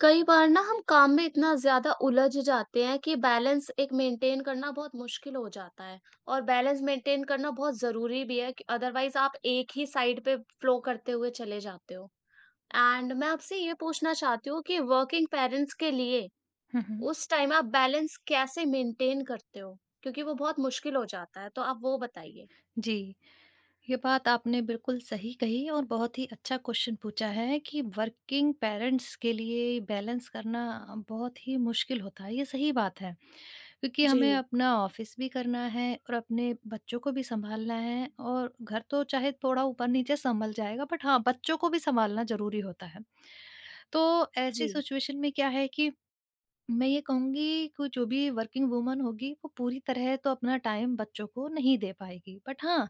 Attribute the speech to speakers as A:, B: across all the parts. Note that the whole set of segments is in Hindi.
A: कई बार ना हम काम में इतना ज़्यादा उलझ जाते हैं कि बैलेंस एक मेंटेन करना बहुत मुश्किल हो जाता है। और बैलेंस मेंटेन करना बहुत ज़रूरी भी है कि अदरवाइज़ आप एक ही साइड पे फ्लो करते हुए चले जाते हो। एंड मैं आपसे ये पूछना चाहती हूँ कि वर्किंग पेरेंट्स के लिए
B: हुँ, हुँ।
A: उस टाइम आप बैलेंस कैसे मेंटेन करते हो? क्योंकि वो बहुत मुश्किल हो जाता है, तो आप वो बताइए।
B: जी, ये बात आपने बिल्कुल सही कही और बहुत ही अच्छा क्वेश्चन पूछा है कि वर्किंग पेरेंट्स के लिए बैलेंस करना बहुत ही मुश्किल होता है, ये सही बात है। क्योंकि हमें
A: जी,
B: अपना ऑफ़िस भी करना है और अपने बच्चों को भी सँभालना है और घर तो चाहे थोड़ा ऊपर-नीचे सँभल जाएगा बट हाँ, बच्चों को भी सँभालना ज़रूरी होता है। तो
A: जी।
B: ऐसी सिचुएशन में क्या है कि मैं ये कहूँगी कि जो भी वर्किंग वुमन होगी वो पूरी तरह तो अपना टाइम बच्चों को नहीं दे पाएगी। बट हाँ,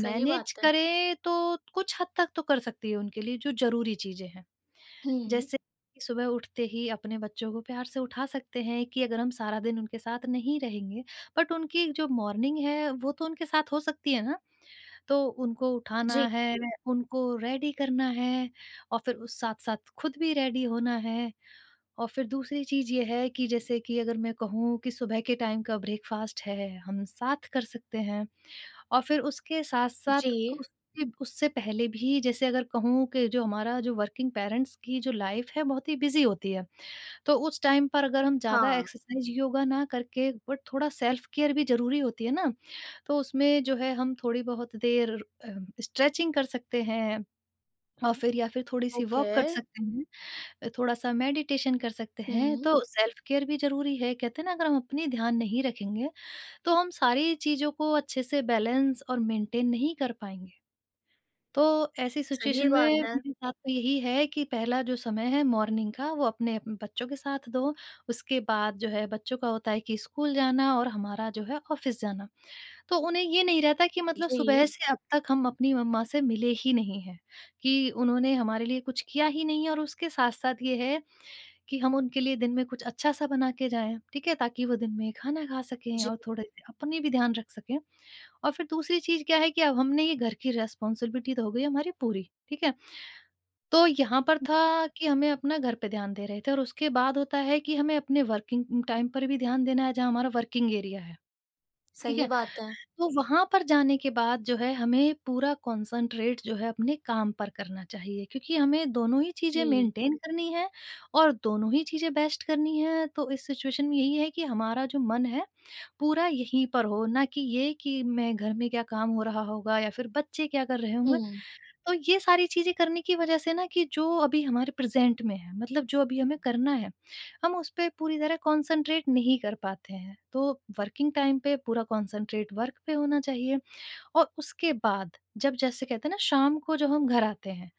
A: सही बात है।
B: करे तो कुछ हद तक तो कर सकती है उनके लिए जो ज़रूरी चीज़ें हैं।
A: हुँ।
B: जैसे कि सुबह उठते ही अपने बच्चों को प्यार से उठा सकते हैं कि अगर हम सारा दिन उनके साथ नहीं रहेंगे बट उनकी जो मॉर्निंग है वो तो उनके साथ हो सकती है ना। तो उनको उठाना
A: जी,
B: है, उनको रेडी करना है और फिर उस साथ-साथ खुद भी रेडी होना है। और फिर दूसरी चीज़ ये है कि जैसे कि अगर मैं कहूँ कि सुबह के टाइम का ब्रेकफ़ास्ट है, हम साथ कर सकते हैं। और फिर उसके साथ-साथ
A: जी।
B: उसके उससे पहले भी जैसे अगर कहूँ कि जो हमारा जो वर्किंग पेरेंट्स की जो लाइफ़ है बहुत ही बिज़ी होती है। तो उस टाइम पर अगर हम ज़्यादा
A: हाँ,
B: एक्सरसाइज़, योगा ना करके बट थोड़ा सेल्फ़ केयर भी ज़रूरी होती है ना, तो उसमें जो है हम थोड़ी बहुत देर अ, स्ट्रेचिंग कर सकते हैं और फिर या फिर थोड़ी-सी
A: ओके।
B: वॉक कर सकते हैं। थोड़ा सा मेडिटेशन कर सकते हैं
A: हुँ,
B: तो सेल्फ केयर भी जरूरी है कहते हैं ना अगर हम अपनी ध्यान नहीं रखेंगे तो हम सारी चीजों को अच्छे से बैलेंस और मेंटेन नहीं कर पाएंगे। तो ऐसी
A: सही
B: सिचुएशन में
A: बात है।
B: मेरे साथ तो यही है कि पहला जो समय है मॉर्निंग का वो अपने अपने बच्चों के साथ दो। उसके बाद जो है बच्चों का होता है कि स्कूल जाना और हमारा जो है ऑफिस जाना। तो उन्हें ये नहीं रहता कि मतलब सुबह
A: जी,
B: से अब तक हम अपनी मम्मा से मिले ही नहीं हैं कि उन्होंने हमारे लिए कुछ किया ही नहीं है और उसके साथ साथ ये है कि हम उनके लिए दिन में कुछ अच्छा-सा बना के जाएँ, ठीक है? ताकि वो दिन में खाना खा सकें
A: जी,
B: और थोड़े से अपने भी ध्यान रख सकें। और फिर दूसरी चीज़ क्या है कि अब हमने ये घर की रिस्पॉन्सिबिलिटी तो हो गई हमारी पूरी, ठीक है? तो यहाँ पर था कि हमें अपना घर पे ध्यान दे रहे थे और उसके बाद होता है कि हमें अपने वर्किंग टाइम पर भी ध्यान देना है, जहाँ हमारा वर्किंग एरिया है, ठीक
A: सही
B: है?
A: बात है।
B: तो वहाँ पर जाने के बाद जो है हमें पूरा कॉन्संट्रेट जो है अपने काम पर करना चाहिए क्योंकि हमें दोनों ही चीज़ें
A: जी,
B: मेंटेन करनी है और दोनों ही चीज़ें बेस्ट करनी है। तो इस सिचुएशन में यही है कि हमारा जो मन है पूरा यहीं पर हो, ना कि ये कि मैं घर में क्या काम हो रहा होगा या फिर बच्चे क्या कर रहे होंगे।
A: हुँ,
B: तो ये सारी चीज़ें करने की वजह से ना कि जो अभी हमारे प्रेज़ेंट में है, मतलब जो अभी हमें करना है, हम उस पे पूरी तरह कॉन्संट्रेट नहीं कर पाते हैं। तो वर्किंग टाइम पे पूरा कॉन्संट्रेट वर्क पे होना चाहिए और उसके बाद जब जैसे कहते हैं ना शाम को जब हम घर आते हैं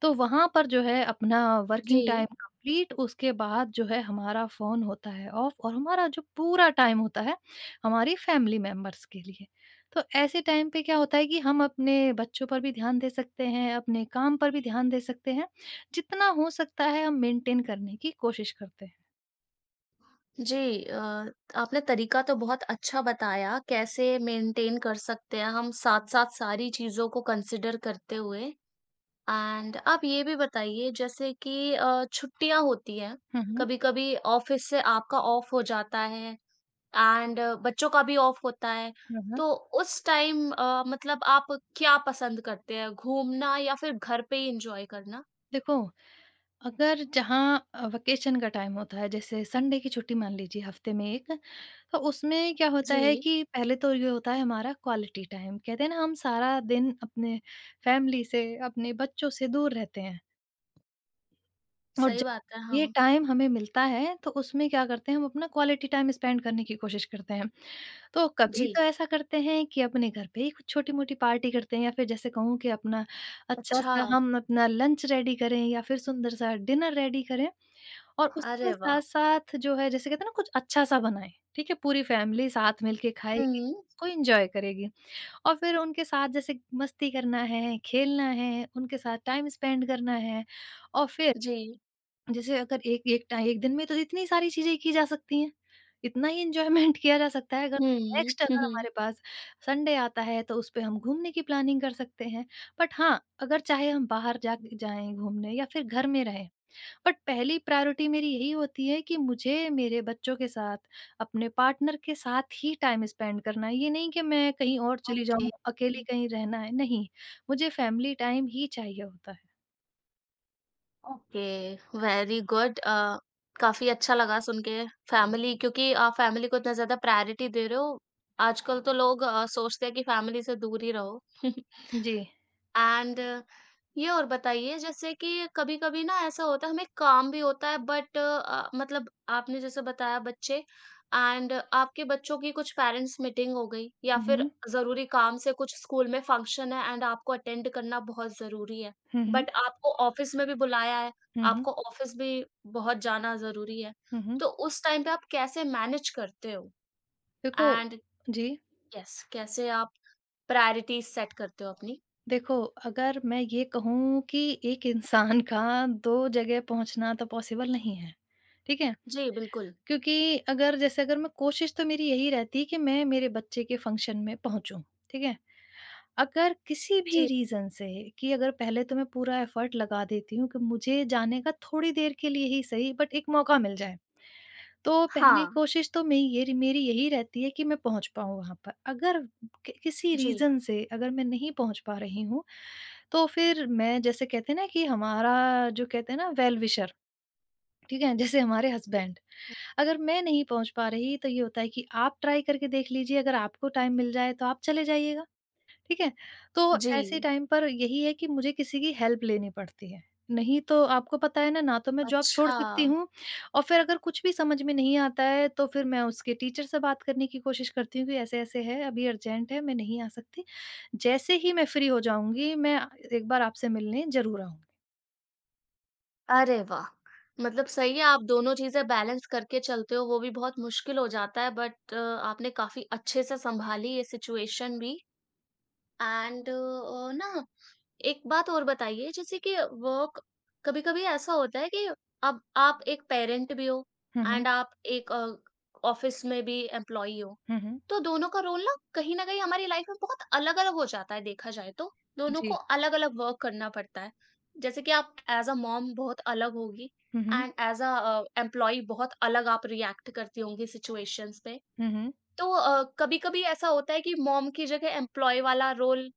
B: तो वहाँ पर जो है अपना वर्किंग टाइम
A: जी,
B: कंप्लीट उसके बाद जो है हमारा फ़ोन होता है ऑफ और हमारा जो पूरा टाइम होता है हमारी फैमिली मेंबर्स के लिए। तो ऐसे टाइम पे क्या होता है कि हम अपने बच्चों पर भी ध्यान दे सकते हैं, अपने काम पर भी ध्यान दे सकते हैं। जितना हो सकता है हम मेंटेन करने की कोशिश करते हैं।
A: जी। अ, आपने तरीका तो बहुत अच्छा बताया कैसे मेंटेन कर सकते हैं हम साथ-साथ सारी चीज़ों को कंसीडर करते हुए। एंड आप ये भी बताइए जैसे कि छुट्टियाँ होती हैं,
B: हुँ, हुँ।
A: कभी-कभी ऑफ़िस से आपका ऑफ हो जाता है एंड बच्चों का भी ऑफ होता है,
B: हुँ, हुँ।
A: तो उस टाइम मतलब आप क्या पसंद करते हैं घूमना या फिर घर पे ही एन्जॉय करना?
B: देखो, अगर जहाँ वेकेशन का टाइम होता है जैसे संडे की छुट्टी मान लीजिए हफ़्ते में 1, तो उसमें क्या होता है
A: जी।
B: कि पहले तो ये होता है हमारा क्वालिटी टाइम कहते हैं ना हम सारा दिन अपने फैमिली से अपने बच्चों से दूर रहते हैं। और
A: सही
B: जब
A: बात है,
B: ये
A: हाँ।
B: टाइम हमें मिलता है तो उसमें क्या करते हैं हम अपना क्वालिटी टाइम स्पेंड करने की कोशिश करते हैं। तो कभी
A: जी,
B: तो ऐसा करते हैं कि अपने घर पे ही कुछ छोटी-मोटी पार्टी करते हैं या फिर जैसे कहूँ कि अपना
A: अच्छा,
B: अच्छा-सा हम अपना लंच रेडी करें या फिर सुंदर-सा डिनर रेडी करें और
A: अरे
B: उसके
A: वाह!
B: साथ-साथ जो है जैसे कहते हैं ना कुछ अच्छा-सा बनाएँ, ठीक है? पूरी फ़ैमिली साथ मिल के खाएगी,
A: हुँ।
B: उसको एन्जॉय करेगी और फिर उनके साथ जैसे मस्ती करना है, खेलना है, उनके साथ टाइम स्पेंड करना है और फिर
A: जी,
B: जैसे अगर एक एक टाइ एक दिन में तो इतनी सारी चीज़ें की जा सकती हैं, इतना ही एन्जॉयमेंट किया जा सकता है। अगर
A: हुँ,
B: नेक्स्ट अगर
A: हुँ।
B: हमारे पास संडे आता है तो उसपे हम घूमने की प्लानिंग कर सकते हैं। बट हाँ, अगर चाहे हम बाहर जा जाएँ घूमने या फिर घर में रहें, बट पहली प्रायोरिटी मेरी यही होती है कि मुझे मेरे बच्चों के साथ, अपने पार्टनर के साथ ही टाइम स्पेंड करना है। ये नहीं कि मैं कहीं और चली
A: ओके,
B: जाऊँ, अकेली कहीं रहना है, नहीं, मुझे फैमिली टाइम ही चाहिए होता है।
A: Okay, very good. काफ़ी अच्छा लगा सुन के फैमिली क्योंकि आप फैमिली को इतना ज़्यादा प्रायोरिटी दे रहे हो। आजकल तो लोग सोचते हैं कि फैमिली से दूर ही रहो।
B: जी।
A: एंड ये और बताइए जैसे कि कभी-कभी ना ऐसा होता है हमें काम भी होता है बट मतलब आपने जैसे बताया बच्चे एंड आपके बच्चों की कुछ पेरेंट्स मीटिंग हो गई या
B: हुँ,
A: फिर
B: हुँ।
A: ज़रूरी काम से कुछ स्कूल में फंक्शन है एंड आपको अटेंड करना बहुत ज़रूरी है।
B: हुँ, हुँ।
A: बट आपको ऑफिस में भी बुलाया है,
B: हुँ, हुँ।
A: आपको ऑफिस भी बहुत जाना ज़रूरी है।
B: हुँ, हुँ।
A: तो उस टाइम पे आप कैसे मैनेज करते हो?
B: देखो
A: एंड
B: जी,
A: यस कैसे आप प्रायोरिटीज़ सेट करते हो अपनी?
B: देखो अगर मैं ये कहूँ कि एक इंसान का 2 जगह पहुँचना तो पॉसिबल नहीं है, ठीक है?
A: जी, बिल्कुल।
B: क्योंकि अगर जैसे अगर मैं कोशिश तो मेरी यही रहती है कि मैं मेरे बच्चे के फंक्शन में पहुँचूँ, ठीक है? अगर किसी भी
A: जी,
B: रीज़न से कि अगर पहले तो मैं पूरा एफ़र्ट लगा देती हूँ कि मुझे जाने का थोड़ी देर के लिए ही सही बट एक मौका मिल जाए। तो पहली
A: हाँ।
B: कोशिश तो मेरी यही रहती है कि मैं पहुँच पाऊँ वहाँ पर। अगर कि किसी
A: जी।
B: रीज़न से अगर मैं नहीं पहुँच पा रही हूँ, तो फिर मैं जैसे कहते हैं ना कि हमारा जो कहते हैं ना वेल विशर, ठीक है? जैसे हमारे हस्बैंड, अगर मैं नहीं पहुँच पा रही तो ये होता है कि आप ट्राई करके देख लीजिए, अगर आपको टाइम मिल जाए तो आप चले जाइएगा। ठीक है? तो ऐसे
A: जी।
B: टाइम पर यही है कि मुझे किसी की हेल्प लेनी पड़ती है। नहीं तो आपको पता है ना, ना तो मैं जॉब छोड़
A: अच्छा,
B: सकती हूँ और फिर अगर कुछ भी समझ में नहीं आता है तो फिर मैं उसके टीचर से बात करने की कोशिश करती हूँ कि ऐसे-ऐसे है, अभी अर्जेंट है, मैं नहीं आ सकती। जैसे ही मैं फ्री हो जाऊँगी, मैं एक बार आपसे मिलने ज़रूर आऊँगी।
A: अरे वाह! मतलब सही है आप दोनों चीज़ें बैलेंस करके चलते हो, वो भी बहुत मुश्किल हो जाता है बट आपने काफ़ी अच्छे से सँभाली ये सिचुएशन भी। एंड एक बात और बताइए जैसे कि वर्क कभी-कभी ऐसा होता है कि अब आप एक पेरेंट भी हो
B: हुँ, हुँ।
A: एंड आप एक ऑफिस में भी एम्प्लॉई हो,
B: हुँ, हुँ।
A: तो दोनों का रोल ना कहीं हमारी लाइफ में बहुत अलग अलग हो जाता है, देखा जाए तो दोनों
B: जी।
A: को अलग अलग वर्क करना पड़ता है। जैसे कि आप एज अ मॉम बहुत अलग होगी
B: हुँ, हुँ।
A: एंड एज अ एम्प्लॉय बहुत अलग आप रिएक्ट करती होंगी सिचुएशंस पे।
B: हुँ, हुँ।
A: तो कभी कभी ऐसा होता है कि मॉम की जगह एम्प्लॉय वाला रोल,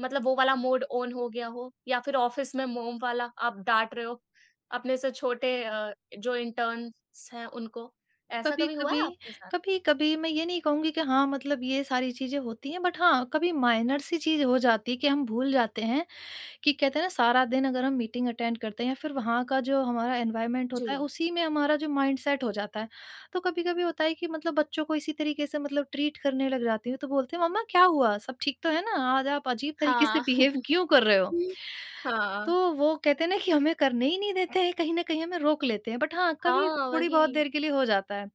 A: मतलब वो वाला मोड ऑन हो गया हो, या फिर ऑफिस में मोम वाला आप डांट रहे हो अपने से छोटे जो इंटर्न्स हैं उनको, ऐसा कभी हुआ
B: कभी-कभी
A: है आपके साथ?
B: कभी-कभी मैं ये नहीं कहूँगी कि हाँ, मतलब ये सारी चीज़ें होती हैं, बट हाँ, कभी माइनर सी चीज़ हो जाती है कि हम भूल जाते हैं कि कहते हैं ना सारा दिन अगर हम मीटिंग अटेंड करते हैं या फिर वहाँ का जो हमारा एनवायरनमेंट होता है
A: जी।
B: उसी में हमारा जो माइंडसेट हो जाता है। तो कभी-कभी होता है कि मतलब बच्चों को इसी तरीके से मतलब ट्रीट करने लग जाती हूँ, तो बोलते हैं मम्मा क्या हुआ? सब ठीक तो है ना? आज आप अजीब तरीके से
A: हाँ।
B: बिहेव क्यों कर रहे हो? तो
A: हाँ।
B: वो कहते हैं ना कि हमें करने ही नहीं देते हैं, कहीं न कहीं हमें रोक लेते हैं। बट हाँ, कभी
A: हाँ,
B: थोड़ी बहुत
A: वही।
B: देर के लिए हो जाता है।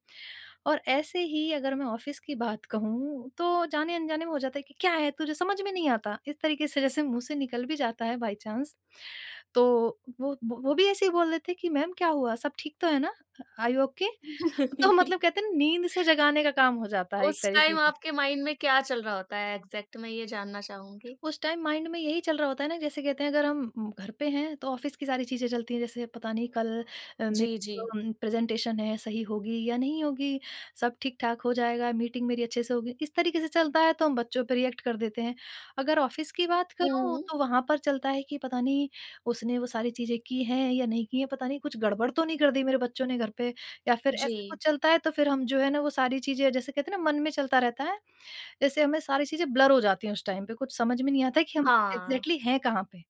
B: और ऐसे ही अगर मैं ऑफिस की बात कहूँ, तो जाने-अनजाने में हो जाता है कि क्या है तुझे समझ में नहीं आता, इस तरीके से जैसे मुँह से निकल भी जाता है बाय चांस। तो वो भी ऐसे ही बोल देते हैं कि मैम क्या हुआ? सब ठीक तो है ना? Are you okay? तो मतलब कहते हैं ना नींद से जगाने का काम हो जाता है एक
A: उस
B: तरीके
A: टाइम
B: से।
A: आपके माइंड में क्या चल रहा होता है एग्ज़ैक्ट, मैं ये जानना चाहूँगी?
B: उस टाइम माइंड में यही चल रहा होता है ना जैसे कहते हैं अगर हम घर पे हैं तो ऑफिस की सारी चीज़ें चलती हैं जैसे पता नहीं कल मेरी
A: जी, जी।
B: प्रेज़ेंटेशन है सही होगी या नहीं होगी? सब ठीक-ठाक हो जाएगा? मीटिंग मेरी अच्छे से होगी? इस तरीके से चलता है तो हम बच्चों पे रिएक्ट कर देते हैं। अगर ऑफिस की बात करूँ
A: हुँ,
B: तो वहाँ पर चलता है कि पता नहीं उसने वो सारी चीज़ें की हैं या नहीं की हैं? पता नहीं कुछ गड़बड़ तो नहीं कर दी मेरे बच्चों ने घर पे, या फिर
A: जी।
B: ऐसा कुछ चलता है तो फिर हम जो है ना वो सारी चीज़ें जैसे कहते हैं ना मन में चलता रहता है। जैसे हमें सारी चीज़ें ब्लर हो जाती हैं उस टाइम पे, कुछ समझ में नहीं आता है कि हम
A: हाँ,
B: एग्ज़ैक्टली हैं कहाँ पे।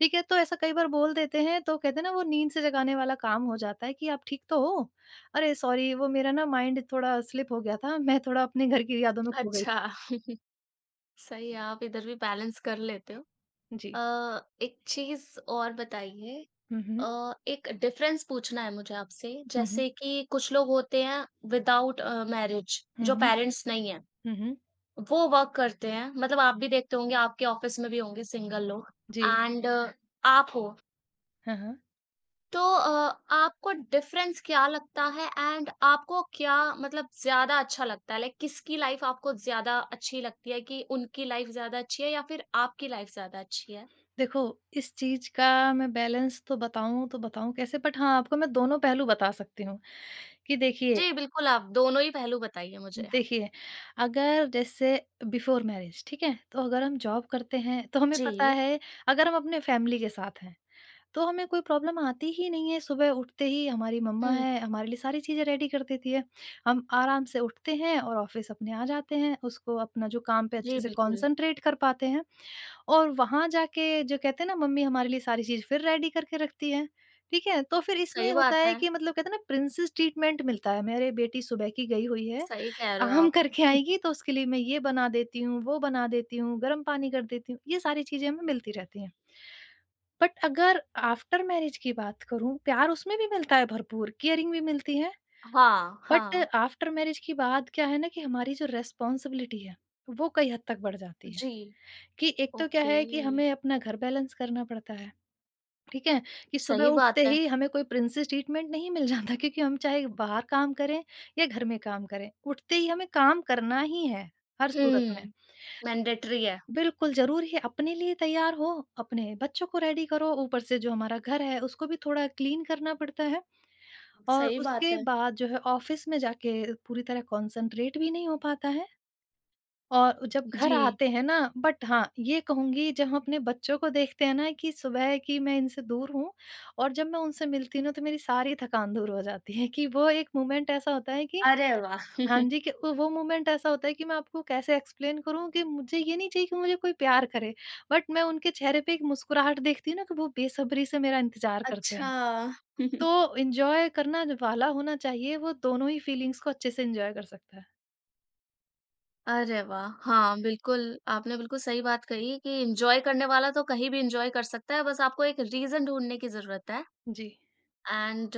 B: ठीक है, तो ऐसा कई बार बोल देते हैं तो कहते हैं ना वो नींद से जगाने वाला काम हो जाता है कि आप ठीक तो हो? अरे सॉरी वो मेरा ना माइंड थोड़ा स्लिप हो गया था, मैं थोड़ा अपने घर की यादों में खो गई।
A: अच्छा। सही है, आप इधर भी बैलेंस कर लेते हो।
B: जी।
A: अ, एक चीज़ और बताइए।
B: हुँ, हुँ।
A: एक डिफरेंस पूछना है मुझे आपसे,
B: हुँ, हुँ।
A: जैसे कि कुछ लोग होते हैं विदाउट मैरिज
B: हुँ,
A: जो
B: हुँ।
A: पेरेंट्स नहीं है,
B: हुँ, हुँ।
A: वो वर्क करते हैं, मतलब आप भी देखते होंगे, आपके ऑफिस में भी होंगे सिंगल लोग
B: जी।
A: एंड आप हो।
B: हाँ, हाँ।
A: तो आपको डिफरेंस क्या लगता है एंड आपको क्या मतलब ज्यादा अच्छा लगता है, लाइक किसकी लाइफ आपको ज्यादा अच्छी लगती है? कि उनकी लाइफ ज्यादा अच्छी है या फिर आपकी लाइफ ज्यादा अच्छी है?
B: देखो, इस चीज़ का मैं बैलेंस तो बताऊँ कैसे, बट हाँ, आपको मैं दोनों पहलू बता सकती हूँ, कि देखिए।
A: जी बिल्कुल, आप दोनों ही पहलू बताइए मुझे।
B: देखिए, अगर जैसे बिफ़ोर मैरिज, ठीक है? तो अगर हम जॉब करते हैं, तो हमें पता
A: जी।
B: है, अगर हम अपने फैमिली के साथ हैं, तो हमें कोई प्रॉब्लम आती ही नहीं है। सुबह उठते ही हमारी मम्मा
A: हम्म।
B: है, हमारे लिए सारी चीज़ें रेडी कर देती है। हम आराम से उठते हैं और ऑफ़िस अपने आ जाते हैं, उसको अपना जो काम पे
A: जी
B: अच्छे से
A: बिल्कुल।
B: कॉन्संट्रेट कर पाते हैं। और वहाँ जाके जो कहते हैं ना, मम्मी हमारे लिए सारी चीज़ फिर रेडी करके रखती है, ठीक है? तो फिर
A: सही
B: इसमें होता
A: बात
B: है
A: है।
B: कि मतलब कहते हैं ना, प्रिंसेस ट्रीटमेंट मिलता है। मेरे बेटी सुबह की गई हुई है,
A: सही कह रहे हो
B: काम
A: आप।
B: करके आएगी तो उसके लिए मैं ये बना देती हूँ, वो बना देती हूँ, गर्म पानी कर देती हूँ, ये सारी चीज़ें हमें मिलती रहती हैं। बट अगर आफ्टर मैरिज की बात करूँ, प्यार उसमें भी मिलता है भरपूर, केयरिंग भी मिलती है,
A: हाँ,
B: बट
A: हाँ।
B: आफ्टर मैरिज की बात क्या है ना, कि हमारी जो रिस्पॉन्सिबिलिटी है, वो कई हद तक बढ़ जाती है,
A: जी,
B: कि एक तो क्या
A: ओके।
B: है कि हमें अपना घर बैलेंस करना पड़ता है। ठीक है? कि सुबह
A: सही
B: उठते
A: बात है।
B: ही हमें कोई प्रिंसेस ट्रीटमेंट नहीं मिल जाता, क्योंकि हम चाहे बाहर काम करें या घर में काम करें, उठते ही हमें काम करना ही है, हर सूरत में।
A: हुँ, मैंडेटरी है।
B: बिल्कुल, ज़रूरी है, अपने लिए तैयार हो, अपने बच्चों को रेडी करो, ऊपर से जो हमारा घर है उसको भी थोड़ा क्लीन करना पड़ता है और
A: सही बात
B: उसके
A: है।
B: बाद जो है ऑफ़िस में जाके पूरी तरह कॉन्संट्रेट भी नहीं हो पाता है। और जब घर
A: जी।
B: आते हैं ना, बट हाँ, ये कहूँगी, जब हम अपने बच्चों को देखते हैं ना कि सुबह की मैं इनसे दूर हूँ और जब मैं उनसे मिलती हूँ ना, तो मेरी सारी थकान दूर हो जाती है, कि वो एक मोमेंट ऐसा होता है कि
A: अरे वाह!
B: हाँ जी, कि वो मोमेंट ऐसा होता है कि मैं आपको कैसे एक्सप्लेन करूँ कि मुझे ये नहीं चाहिए कि मुझे कोई प्यार करे, बट मैं उनके चेहरे पे एक मुस्कुराहट देखती हूँ ना कि वो बेसब्री से मेरा इंतज़ार करते
A: अच्छा।
B: हैं। तो एन्जॉय करना वाला होना चाहिए, वो दोनों ही फीलिंग्स को अच्छे से एन्जॉय कर सकता है।
A: अरे वाह! हाँ, बिल्कुल, आपने बिल्कुल सही बात कही कि एन्जॉय करने वाला तो कहीं भी एन्जॉय कर सकता है, बस आपको एक रीज़न ढूँढने की ज़रूरत है।
B: जी।
A: एंड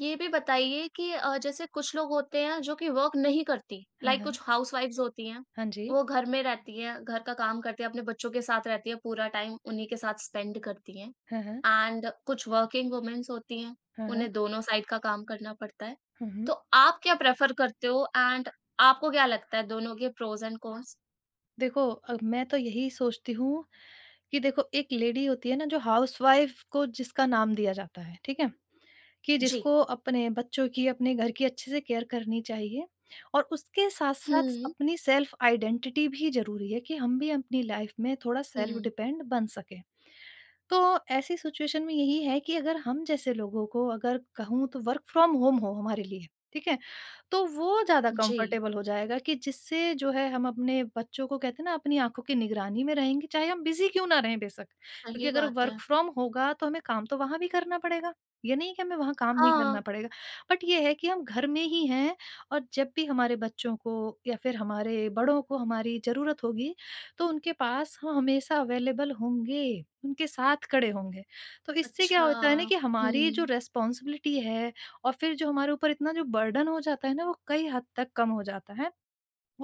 A: ये भी बताइए कि जैसे कुछ लोग होते हैं जो कि वर्क नहीं करती,
B: हाँ,
A: लाइक कुछ
B: हाँ।
A: हाउसवाइफ्स होती हैं,
B: हाँ जी।
A: वो घर में रहती हैं, घर का काम करती हैं, अपने बच्चों के साथ रहती है, पूरा टाइम उन्हीं के साथ स्पेंड करती हैं
B: हाँ, हाँ।
A: एंड कुछ वर्किंग वुमेन्स होती हैं,
B: हाँ, हाँ।
A: उन्हें दोनों साइड का काम करना पड़ता है।
B: हुँ,
A: तो
B: हुँ।
A: आप क्या प्रेफर करते हो एंड आपको क्या लगता है दोनों के प्रोज एंड कॉन्स?
B: देखो, मैं तो यही सोचती हूँ कि देखो, एक लेडी होती है ना जो हाउसवाइफ़ को जिसका नाम दिया जाता है, ठीक है? कि
A: जी।
B: जिसको अपने बच्चों की, अपने घर की अच्छे से केयर करनी चाहिए और उसके साथ-साथ
A: हम्म।
B: अपनी सेल्फ़ आइडेंटिटी भी ज़रूरी है, कि हम भी अपनी लाइफ़ में थोड़ा सेल्फ़
A: हम्म।
B: डिपेंड बन सकें। तो ऐसी सिचुएशन में यही है कि अगर हम जैसे लोगों को अगर कहूँ, तो वर्क फ्रॉम होम हो हमारे लिए, ठीक है? तो वो ज़्यादा
A: जी।
B: कंफर्टेबल हो जाएगा, कि जिससे जो है हम अपने बच्चों को कहते हैं ना, अपनी आँखों की निगरानी में रहेंगे, चाहे हम बिज़ी क्यों ना रहें बेशक।
A: सही
B: क्योंकि अगर
A: बात है।
B: वर्क फ्रॉम होगा, तो हमें काम तो वहाँ भी करना पड़ेगा। ये नहीं है कि हमें वहाँ काम नहीं
A: हाँ।
B: करना पड़ेगा। बट ये है कि हम घर में ही हैं और जब भी हमारे बच्चों को या फिर हमारे बड़ों को हमारी ज़रूरत होगी, तो उनके पास हम हमेशा अवेलेबल होंगे, उनके साथ खड़े होंगे। तो इससे क्या
A: अच्छा।
B: होता है ना, कि हमारी जो
A: हम्म।
B: रिस्पॉन्सिबिलिटी है और फिर जो हमारे ऊपर इतना जो बर्डन हो जाता है ना, वो कई हद तक कम हो जाता है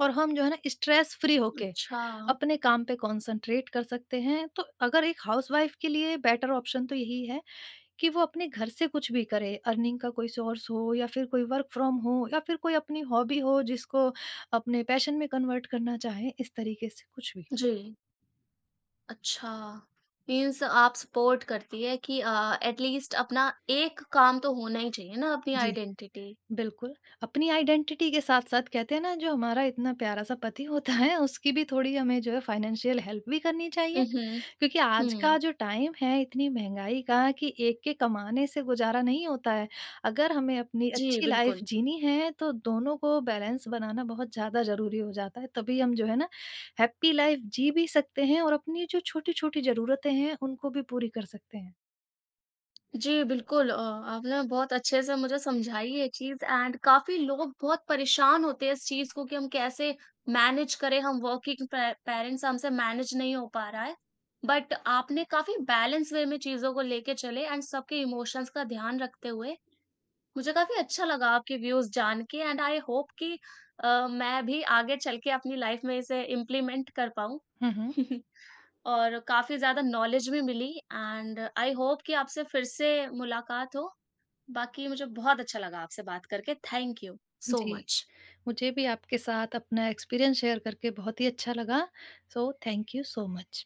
B: और हम जो है ना, स्ट्रेस फ्री होके
A: अच्छा।
B: अपने काम पे कंसंट्रेट कर सकते हैं। तो अगर एक हाउसवाइफ के लिए बेटर ऑप्शन तो यही है कि वो अपने घर से कुछ भी करे, अर्निंग का कोई सोर्स हो या फिर कोई वर्क फ्रॉम हो या फिर कोई अपनी हॉबी हो, जिसको अपने पैशन में कन्वर्ट करना चाहे, इस तरीके से कुछ भी।
A: जी। अच्छा, मीन्स आप सपोर्ट करती है कि एट लीस्ट अपना एक काम तो होना ही चाहिए ना, अपनी
B: जी।
A: आइडेंटिटी।
B: बिल्कुल, अपनी आइडेंटिटी के साथ-साथ कहते हैं ना, जो हमारा इतना प्यारा सा पति होता है उसकी भी थोड़ी हमें जो है फाइनेंशियल हेल्प भी करनी चाहिए,
A: हुँ, हुँ।
B: क्योंकि आज
A: हुँ।
B: का जो टाइम है, इतनी महँगाई का, कि एक के कमाने से गुज़ारा नहीं होता है। अगर हमें अपनी
A: जी,
B: अच्छी लाइफ़
A: बिल्कुल।
B: जीनी है, तो दोनों को बैलेंस बनाना बहुत ज़्यादा ज़रूरी हो जाता है, तभी हम जो है ना, हैप्पी लाइफ़ जी भी सकते हैं और अपनी जो छोटी-छोटी ज़रूरतें हैं उनको भी पूरी कर सकते हैं।
A: जी, बिल्कुल। आपने बहुत अच्छे से मुझे समझाई ये चीज़। एंड काफ़ी लोग बहुत परेशान होते हैं इस चीज़ को कि हम कैसे मैनेज करें, हम वर्किंग पे पेरेंट्स हैं, हमसे मैनेज नहीं हो पा रहा है। बट आपने काफ़ी बैलेंस वे में चीज़ों को लेके चले एंड सबके इमोशंस का ध्यान रखते हुए मुझे काफ़ी अच्छा लगा आपके व्यूज़ जान के। एंड आई होप कि मैं भी आगे चल के अपनी लाइफ में इसे इम्प्लीमेंट कर पाऊँ।
B: हुँ, हुँ।
A: और काफ़ी ज़्यादा नॉलेज भी मिली एंड आई होप कि आपसे फिर से मुलाकात हो। बाकी मुझे बहुत अच्छा लगा आपसे बात करके। थैंक यू सो
B: जी।
A: मच।
B: मुझे भी आपके साथ अपना एक्सपीरियंस शेयर करके बहुत ही अच्छा लगा। So thank you so much.